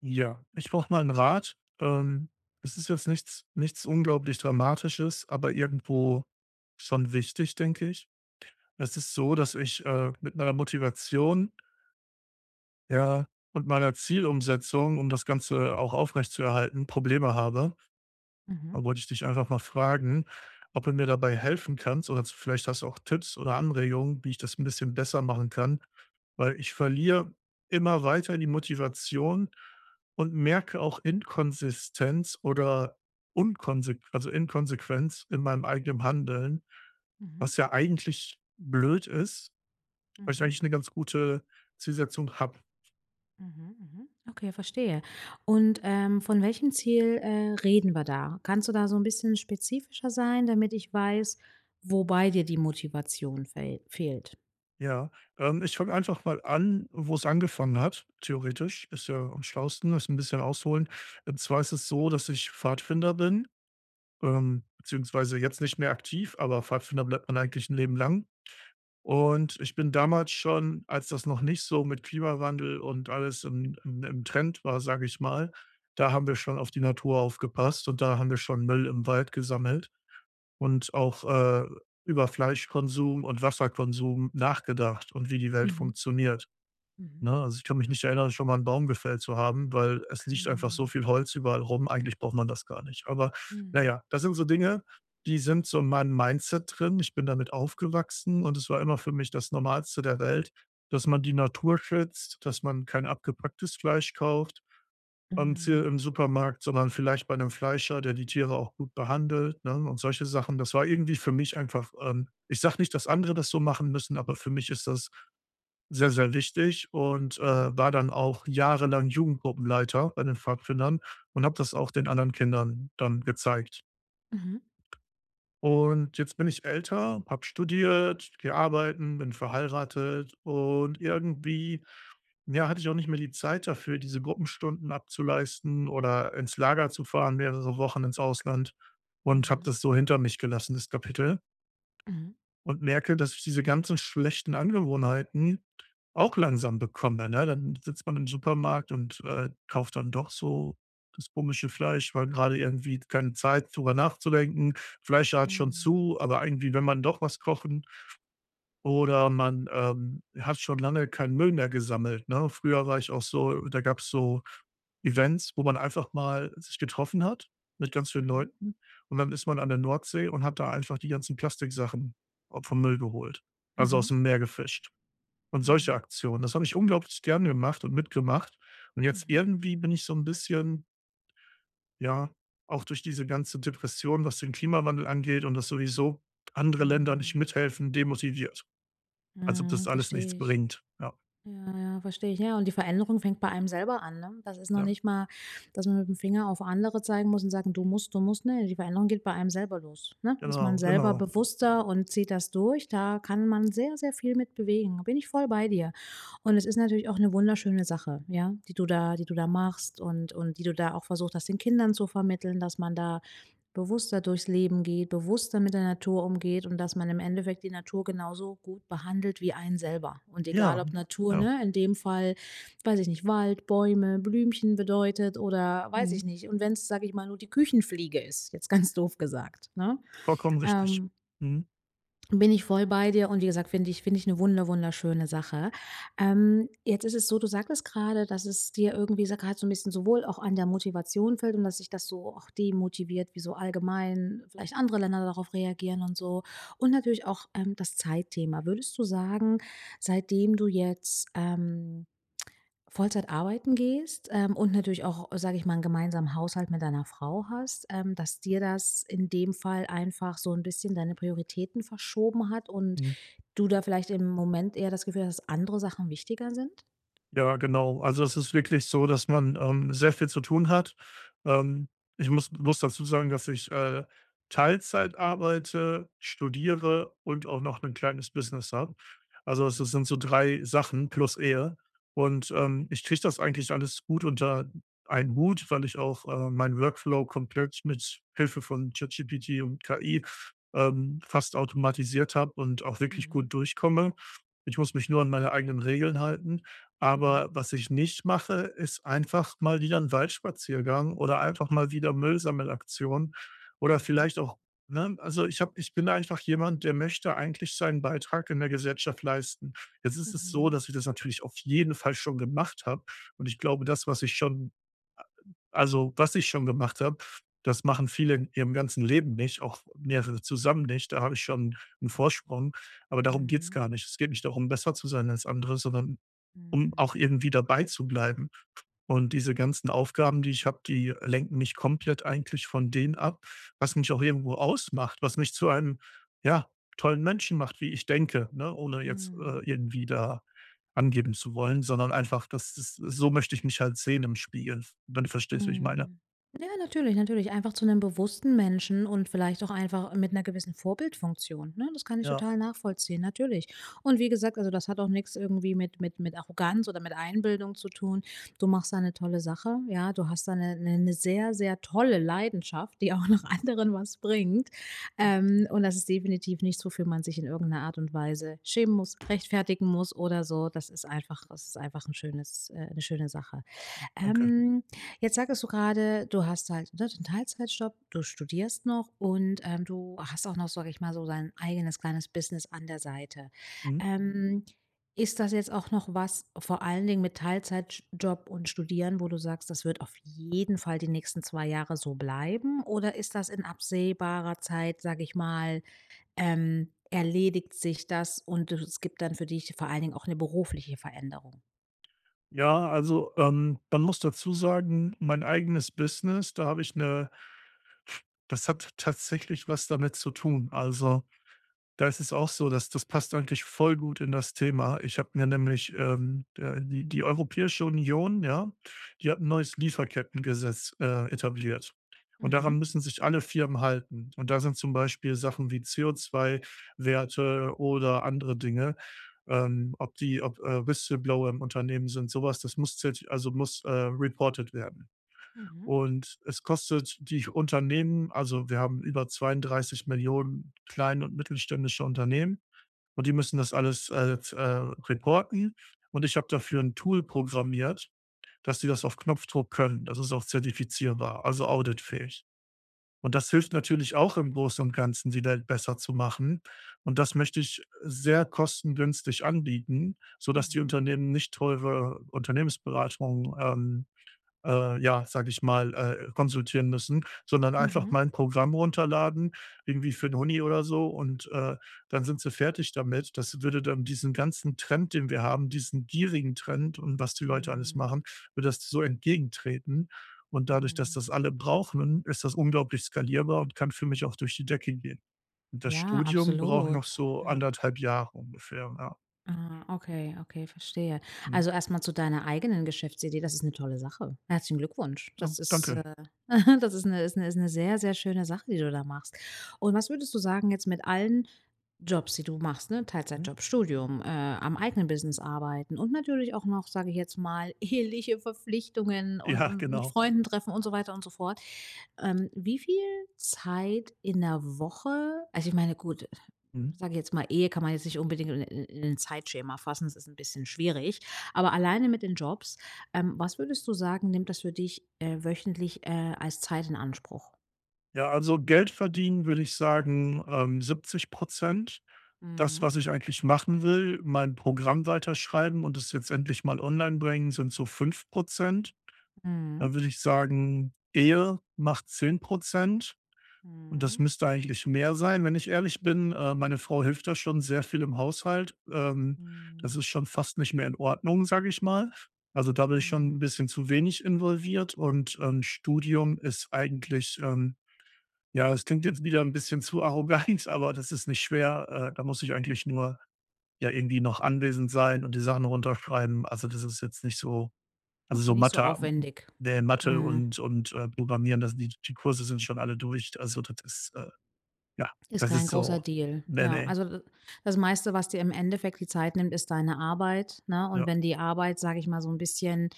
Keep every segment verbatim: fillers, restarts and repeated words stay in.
Ja, ich brauche mal einen Rat. Ähm, es ist jetzt nichts nichts unglaublich Dramatisches, aber irgendwo schon wichtig, denke ich. Es ist so, dass ich, äh, mit meiner Motivation, ja, und meiner Zielumsetzung, um das Ganze auch aufrechtzuerhalten, Probleme habe. Mhm, Da wollte ich dich einfach mal fragen, ob du mir dabei helfen kannst oder vielleicht hast du auch Tipps oder Anregungen, wie ich das ein bisschen besser machen kann, weil ich verliere immer weiter die Motivation und merke auch Inkonsistenz oder Unkonse also Inkonsequenz in meinem eigenen Handeln, mhm, was ja eigentlich blöd ist, weil ich mhm, eigentlich eine ganz gute Zielsetzung habe. mhm, mhm. Okay, verstehe. Und, ähm, von welchem Ziel, äh, reden wir da? Kannst du da so ein bisschen spezifischer sein, damit ich weiß, wobei dir die Motivation fehl fehlt? Ja, ähm, ich fange einfach mal an, wo es angefangen hat, theoretisch. Ist ja am schlausten, ist ein bisschen ausholen. Und zwar ist es so, dass ich Pfadfinder bin, ähm, beziehungsweise jetzt nicht mehr aktiv, aber Pfadfinder bleibt man eigentlich ein Leben lang. Und ich bin damals schon, als das noch nicht so mit Klimawandel und alles im, im, im Trend war, sage ich mal, da haben wir schon auf die Natur aufgepasst und da haben wir schon Müll im Wald gesammelt und auch, äh, über Fleischkonsum und Wasserkonsum nachgedacht und wie die Welt Mhm, funktioniert, mhm, ne? Also, ich kann mich nicht erinnern, schon mal einen Baum gefällt zu haben, weil es liegt einfach so mhm, viel Holz überall rum. Eigentlich braucht man das gar nicht. Aber mhm, naja, das sind so Dinge, die sind so in meinem Mindset drin. Ich bin damit aufgewachsen und es war immer für mich das Normalste der Welt, dass man die Natur schützt, dass man kein abgepacktes Fleisch kauft, beim Tier mhm, im Supermarkt, sondern vielleicht bei einem Fleischer, der die Tiere auch gut behandelt, ne, und solche Sachen. Das war irgendwie für mich einfach, ähm ich sage nicht, dass andere das so machen müssen, aber für mich ist das sehr, sehr wichtig und, äh, war dann auch jahrelang Jugendgruppenleiter bei den Pfadfindern und habe das auch den anderen Kindern dann gezeigt. mhm, Und jetzt bin ich älter, habe studiert, gearbeitet, bin verheiratet und irgendwie ja, hatte ich auch nicht mehr die Zeit dafür, diese Gruppenstunden abzuleisten oder ins Lager zu fahren, mehrere Wochen ins Ausland mhm, und habe mhm, das so hinter mich gelassen, das Kapitel, mhm, und merke, dass ich diese ganzen schlechten Angewohnheiten auch langsam bekomme, ne? Dann sitzt man im Supermarkt und, äh, kauft dann doch so das komische Fleisch, weil gerade irgendwie keine Zeit, drüber nachzudenken. Fleischer hat schon mhm, zu, aber irgendwie wenn man doch was kochen. Oder man, ähm, hat schon lange keinen Müll mehr gesammelt, ne? Früher war ich auch so, da gab es so Events, wo man einfach mal sich getroffen hat mit ganz vielen mhm, Leuten, und dann ist man an der Nordsee und hat da einfach die ganzen Plastiksachen a vom Müll geholt, also aus mhm, dem Meer gefischt, und solche ja, Aktionen. Das habe ich unglaublich gern gemacht und mitgemacht, und jetzt mhm, irgendwie bin ich so ein bisschen, ja, auch durch diese ganze Depression, was den Klimawandel angeht und dass sowieso andere Länder nicht mhm, mithelfen, demotiviert. Als ob das mhm, alles nichts verstehe ich. bringt. Ja, Ja, ja, verstehe ich. Ja, und die Veränderung fängt bei einem selber an, ne? Das ist noch ja, nicht mal, dass man mit dem Finger auf andere zeigen muss und sagen, du musst, du musst. Ne, die Veränderung geht bei einem selber los, ne? Ist man genau, selber genau. bewusster und zieht das durch, da kann man sehr, sehr viel mit bewegen. Da bin ich voll bei dir. Und es ist natürlich auch eine wunderschöne Sache, ja, die du da die du da machst und und die du da auch versucht hast, den Kindern zu vermitteln, dass man da bewusster durchs Leben geht, bewusster mit der Natur umgeht und dass man im Endeffekt die Natur genauso gut behandelt wie einen selber. Und egal Ja, ob Natur, ja. ne, in dem Fall, weiß ich nicht, Wald, Bäume, Blümchen bedeutet oder weiß ich Mhm. nicht. Und wenn es, sage ich mal, nur die Küchenfliege ist, jetzt ganz doof gesagt, ne? Vollkommen richtig. Ähm, Mhm, bin ich voll bei dir und wie gesagt, finde ich finde ich eine wunder wunderschöne Sache. Ähm, jetzt ist es so, du sagtest gerade, dass es dir irgendwie so grad so ein bisschen sowohl auch an der Motivation fällt und dass sich das so auch demotiviert, wie so allgemein vielleicht andere Länder darauf reagieren und so. Und natürlich auch, ähm, das Zeitthema. Würdest du sagen, seitdem du jetzt, ähm Vollzeit arbeiten gehst, ähm, und natürlich auch, sage ich mal, 'n gemeinsamen Haushalt mit deiner Frau hast, ähm, dass dir das in dem Fall einfach so ein bisschen deine Prioritäten verschoben hat und mhm. du da vielleicht im Moment eher das Gefühl hast, dass andere Sachen wichtiger sind? Ja, genau. Also, es ist wirklich so, dass man, ähm, sehr viel zu tun hat. Ähm, ich muss muss dazu sagen, dass ich, äh, Teilzeit arbeite, studiere und auch noch ein kleines Business habe. Also, es sind so drei Sachen plus Ehe. Und, ähm, ich kriege das eigentlich alles gut unter einen Hut, weil ich auch, äh, meinen Workflow komplett mit Hilfe von ChatGPT und K I, ähm, fast automatisiert habe und auch wirklich Mhm, gut durchkomme. Ich muss mich nur an meine eigenen Regeln halten. mhm, Aber was ich nicht mache, ist einfach mal wieder ein Waldspaziergang oder einfach mal wieder Müllsammelaktion oder mhm, vielleicht auch, ne, also, ich habe ich bin einfach jemand, der möchte eigentlich seinen Beitrag in der Gesellschaft leisten. Jetzt ist es so, mhm, dass ich das natürlich auf jeden Fall schon gemacht habe, und ich glaube, das, was ich schon also, was ich schon gemacht habe, das machen viele in ihrem ganzen Leben nicht, auch mehrere zusammen nicht. Da habe ich schon einen Vorsprung, aber darum geht's mhm, gar nicht. Es geht nicht darum, besser zu sein als andere, sondern um mhm, auch irgendwie dabei zu bleiben. Und diese ganzen Aufgaben, die ich habe, die lenken mich komplett eigentlich von denen ab, was mich auch irgendwo ausmacht, was mich zu einem, ja, tollen Menschen macht, wie ich denke, ne? Ohne jetzt, äh, mhm. irgendwie da angeben zu wollen, sondern einfach, das ist, so möchte ich mich halt sehen im Spiegel, wenn du verstehst, wie ich meine. Mhm. Ja, natürlich, natürlich. Einfach zu einem bewussten Menschen und vielleicht auch einfach mit einer gewissen Vorbildfunktion, ne? Das kann ich Ja, total nachvollziehen, natürlich. Und wie gesagt, also, das hat auch nichts irgendwie mit mit mit Arroganz oder mit Einbildung zu tun. Du machst da eine tolle Sache, ja. Du hast da eine eine 'ne sehr, sehr tolle Leidenschaft, die auch noch anderen was bringt. Ähm, und das ist definitiv nichts, wofür man sich in irgendeiner Art und Weise schämen muss, rechtfertigen muss oder so. Das ist einfach das ist einfach 'n schönes äh, 'ne schöne Sache. danke. Ähm, jetzt sagtest du gerade, du hast halt, ne, den Teilzeitjob, du studierst noch und, ähm, du hast auch noch, sage ich mal, so dein eigenes kleines Business an der Seite. Mhm. Ähm, ist das jetzt auch noch was, vor allen Dingen mit Teilzeitjob und Studieren, wo du sagst, das wird auf jeden Fall die nächsten zwei Jahre so bleiben? Oder ist das in absehbarer Zeit, sage ich mal, ähm, erledigt sich das und es gibt dann für dich vor allen Dingen auch eine berufliche Veränderung? Ja, also, ähm, man muss dazu sagen, mein eigenes Business, da habe ich eine, das hat tatsächlich was damit zu tun. Also, da ist es auch so, dass das passt eigentlich voll gut in das Thema. Ich habe mir nämlich, ähm, äh, die die Europäische Union, ja, die hat ein neues Lieferkettengesetz, äh, etabliert. Und Mhm, daran müssen sich alle Firmen halten. Und da sind zum Beispiel Sachen wie C O zwei Werte oder andere Dinge, ähm, ob die ob, äh, Whistleblower im Unternehmen sind, sowas, das muss zerti also muss, äh, reported werden. mhm, Und es kostet die Unternehmen, also, wir haben über zweiunddreißig Millionen kleine und mittelständische Unternehmen, und die müssen das alles, äh, z äh, reporten. Und ich habe dafür ein Tool programmiert, dass sie das auf Knopfdruck können. Das ist auch zertifizierbar, also auditfähig. Und das hilft natürlich auch im Großen und Ganzen, die Welt besser zu machen. Und das möchte ich sehr kostengünstig anbieten, sodass die mhm, Unternehmen nicht teure Unternehmensberatung, ähm äh, ja, sage ich mal, äh, konsultieren müssen, sondern einfach mhm. mal 'n Programm runterladen, irgendwie für den Huni oder so, und, äh, dann sind sie fertig damit. Das würde dann diesen ganzen Trend, den wir haben, diesen gierigen Trend und was die Leute alles Mhm, machen, würde das so entgegentreten. Und dadurch, dass mhm. das alle brauchen, ist das unglaublich skalierbar und kann für mich auch durch die Decke gehen. Und das Ja, Studium braucht noch absolut. so Ja. anderthalb Jahre ungefähr, ja. Ah, okay, okay, verstehe. Mhm. Also erstmal zu deiner eigenen Geschäftsidee, das ist eine tolle Sache. Herzlichen Glückwunsch. Ja, Das ist, danke. äh das ist eine, ist eine, ist eine sehr, sehr schöne Sache, die du da machst. Und was würdest du sagen jetzt mit allen Jobs, die du machst, ne? Mhm. Teilzeitjob, Studium, äh, am eigenen Business arbeiten und natürlich auch noch, sage ich jetzt mal, eheliche Verpflichtungen und Ja, und mit genau. Freunden treffen und so weiter und so fort. Ähm, wie viel Zeit in der Woche, also, ich meine, gut, Mhm. sage ich jetzt mal, Ehe kann man jetzt nicht unbedingt in in in 'n Zeitschema fassen, das ist ein bisschen schwierig. Aber alleine mit den Jobs, ähm, was würdest du sagen, nimmt das für dich, äh, wöchentlich, äh, als Zeit in Anspruch? Ja, also Geld verdienen würde ich sagen, ähm, siebzig Prozent. Das, Mhm. was ich eigentlich machen will, mein Programm weiterschreiben und es jetzt endlich mal online bringen, sind so fünf Prozent. Mhm. Da würde ich sagen, Ehe macht zehn Prozent, und das Mhm. müsste eigentlich mehr sein. Wenn ich ehrlich bin, äh, meine Frau hilft da schon sehr viel im Haushalt. Ähm, das Mhm. ist schon fast nicht mehr in Ordnung, sage ich mal. Also, da bin ich schon Mhm. ein bisschen zu wenig involviert und, ähm, Studium ist eigentlich, ähm ja, es klingt jetzt wieder ein bisschen zu arrogant, aber das ist nicht schwer. Äh, da muss ich eigentlich nur, ja, irgendwie noch anwesend sein und die Sachen runterschreiben. Also, das ist jetzt nicht so, also, Okay, so nicht so Mathe, aufwendig. ne, Mathe Mhm. und und, äh, Programmieren, das die die Kurse sind schon alle durch. Also, das ist, äh ja, Ist das kein ist großer so, Deal. ne, Ja, ne, also, d das meiste, was dir im Endeffekt die Zeit nimmt, ist deine Arbeit, ne? Und ja. wenn die Arbeit, sage ich mal, so ein bisschen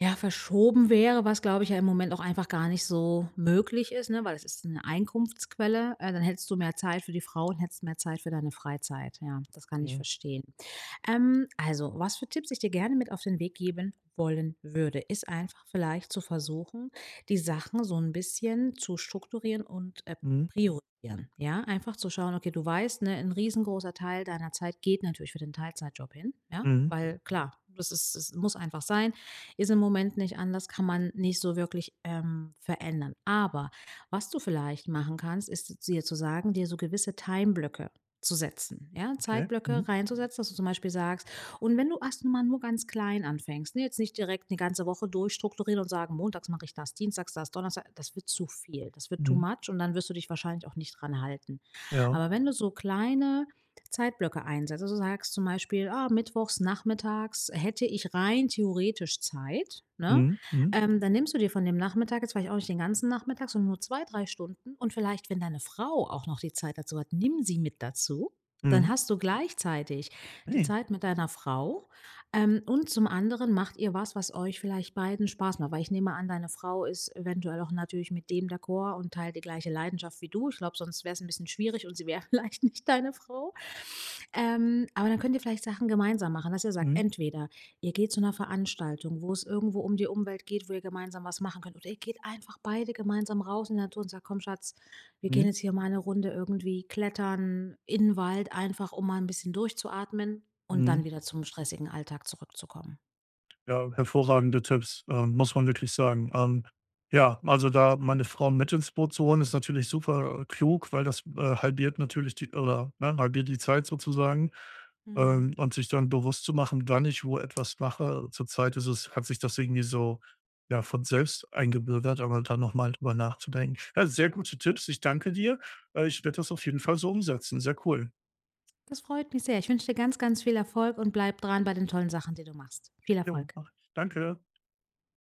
ja verschoben wäre, was, glaube ich, ja im Moment auch einfach gar nicht so möglich ist, ne, weil es ist eine Einkunftsquelle. Äh, dann hättest du mehr Zeit für die Frau und hättest mehr Zeit für deine Freizeit. Ja, das kann ich Ja. verstehen. Ähm, also, was für Tipps ich dir gerne mit auf den Weg geben wollen würde, ist einfach vielleicht zu versuchen, die Sachen so ein bisschen zu strukturieren und, äh, Mhm. priorisieren, ja? Einfach zu schauen, okay, du weißt, ne, ein riesengroßer Teil deiner Zeit geht natürlich für den Teilzeitjob hin, ja? Mhm. Weil klar, das ist es muss einfach sein, ist im Moment nicht anders, kann man nicht so wirklich, ähm, verändern. Aber was du vielleicht machen kannst, ist dir zu sagen, dir so gewisse Timeblöcke zu setzen, ja, Okay. Zeitblöcke Mhm. reinzusetzen, dass du zum Beispiel sagst, und wenn du erst mal nur ganz klein anfängst, ne, jetzt nicht direkt eine ganze Woche durchstrukturieren und sagen: „Montags mache ich das, dienstags das, Donnerstag“, das wird zu viel, das wird too Mhm. much und dann wirst du dich wahrscheinlich auch nicht dran halten. Ja. Aber wenn du so kleine Zeitblöcke einsetzt. Also, du sagst zum Beispiel: „Ah, mittwochs nachmittags hätte ich rein theoretisch Zeit“, ne? Mhm. Mhm. Ähm, dann nimmst du dir von dem Nachmittag jetzt vielleicht auch nicht den ganzen Nachmittag, sondern nur zwei drei Stunden und vielleicht, wenn deine Frau auch noch die Zeit dazu hat, nimm sie mit dazu. Dann Mhm. hast du gleichzeitig die Ne. Zeit mit deiner Frau, ähm, und zum anderen macht ihr was, was euch vielleicht beiden Spaß macht, weil ich nehme an, deine Frau ist eventuell auch natürlich mit dem d'accord und teilt die gleiche Leidenschaft wie du. Ich glaube, sonst wäre es ein bisschen schwierig und sie wäre vielleicht nicht deine Frau. Ähm, aber dann könnt ihr vielleicht Sachen gemeinsam machen, dass ihr sagt, Mhm. entweder ihr geht zu einer Veranstaltung, wo es irgendwo um die Umwelt geht, wo ihr gemeinsam was machen könnt, oder ihr geht einfach beide gemeinsam raus in die Natur und sagt: „Komm Schatz, wir gehen Mhm. jetzt hier mal eine Runde irgendwie klettern in 'n Wald“, einfach um mal ein bisschen durchzuatmen und Mhm. dann wieder zum stressigen Alltag zurückzukommen. Ja, hervorragende Tipps, ähm, muss man wirklich sagen. Ähm, ja, also da meine Frau mit ins Boot zu holen, ist natürlich super, äh, klug, weil das, äh, halbiert natürlich die, oder ne, halbiert die Zeit sozusagen. Mhm. Ähm, und sich dann bewusst zu machen, wann ich wo etwas mache. Zurzeit ist es, hat sich das irgendwie so, ja, von selbst eingebürgert, aber da nochmal drüber nachzudenken. Ja, sehr gute Tipps, ich danke dir. Äh, ich werde das auf jeden Fall so umsetzen. Sehr cool. Das freut mich sehr. Ich wünsche dir ganz, ganz viel Erfolg und bleib dran bei den tollen Sachen, die du machst. Viel Jo, Erfolg. mach ich. danke.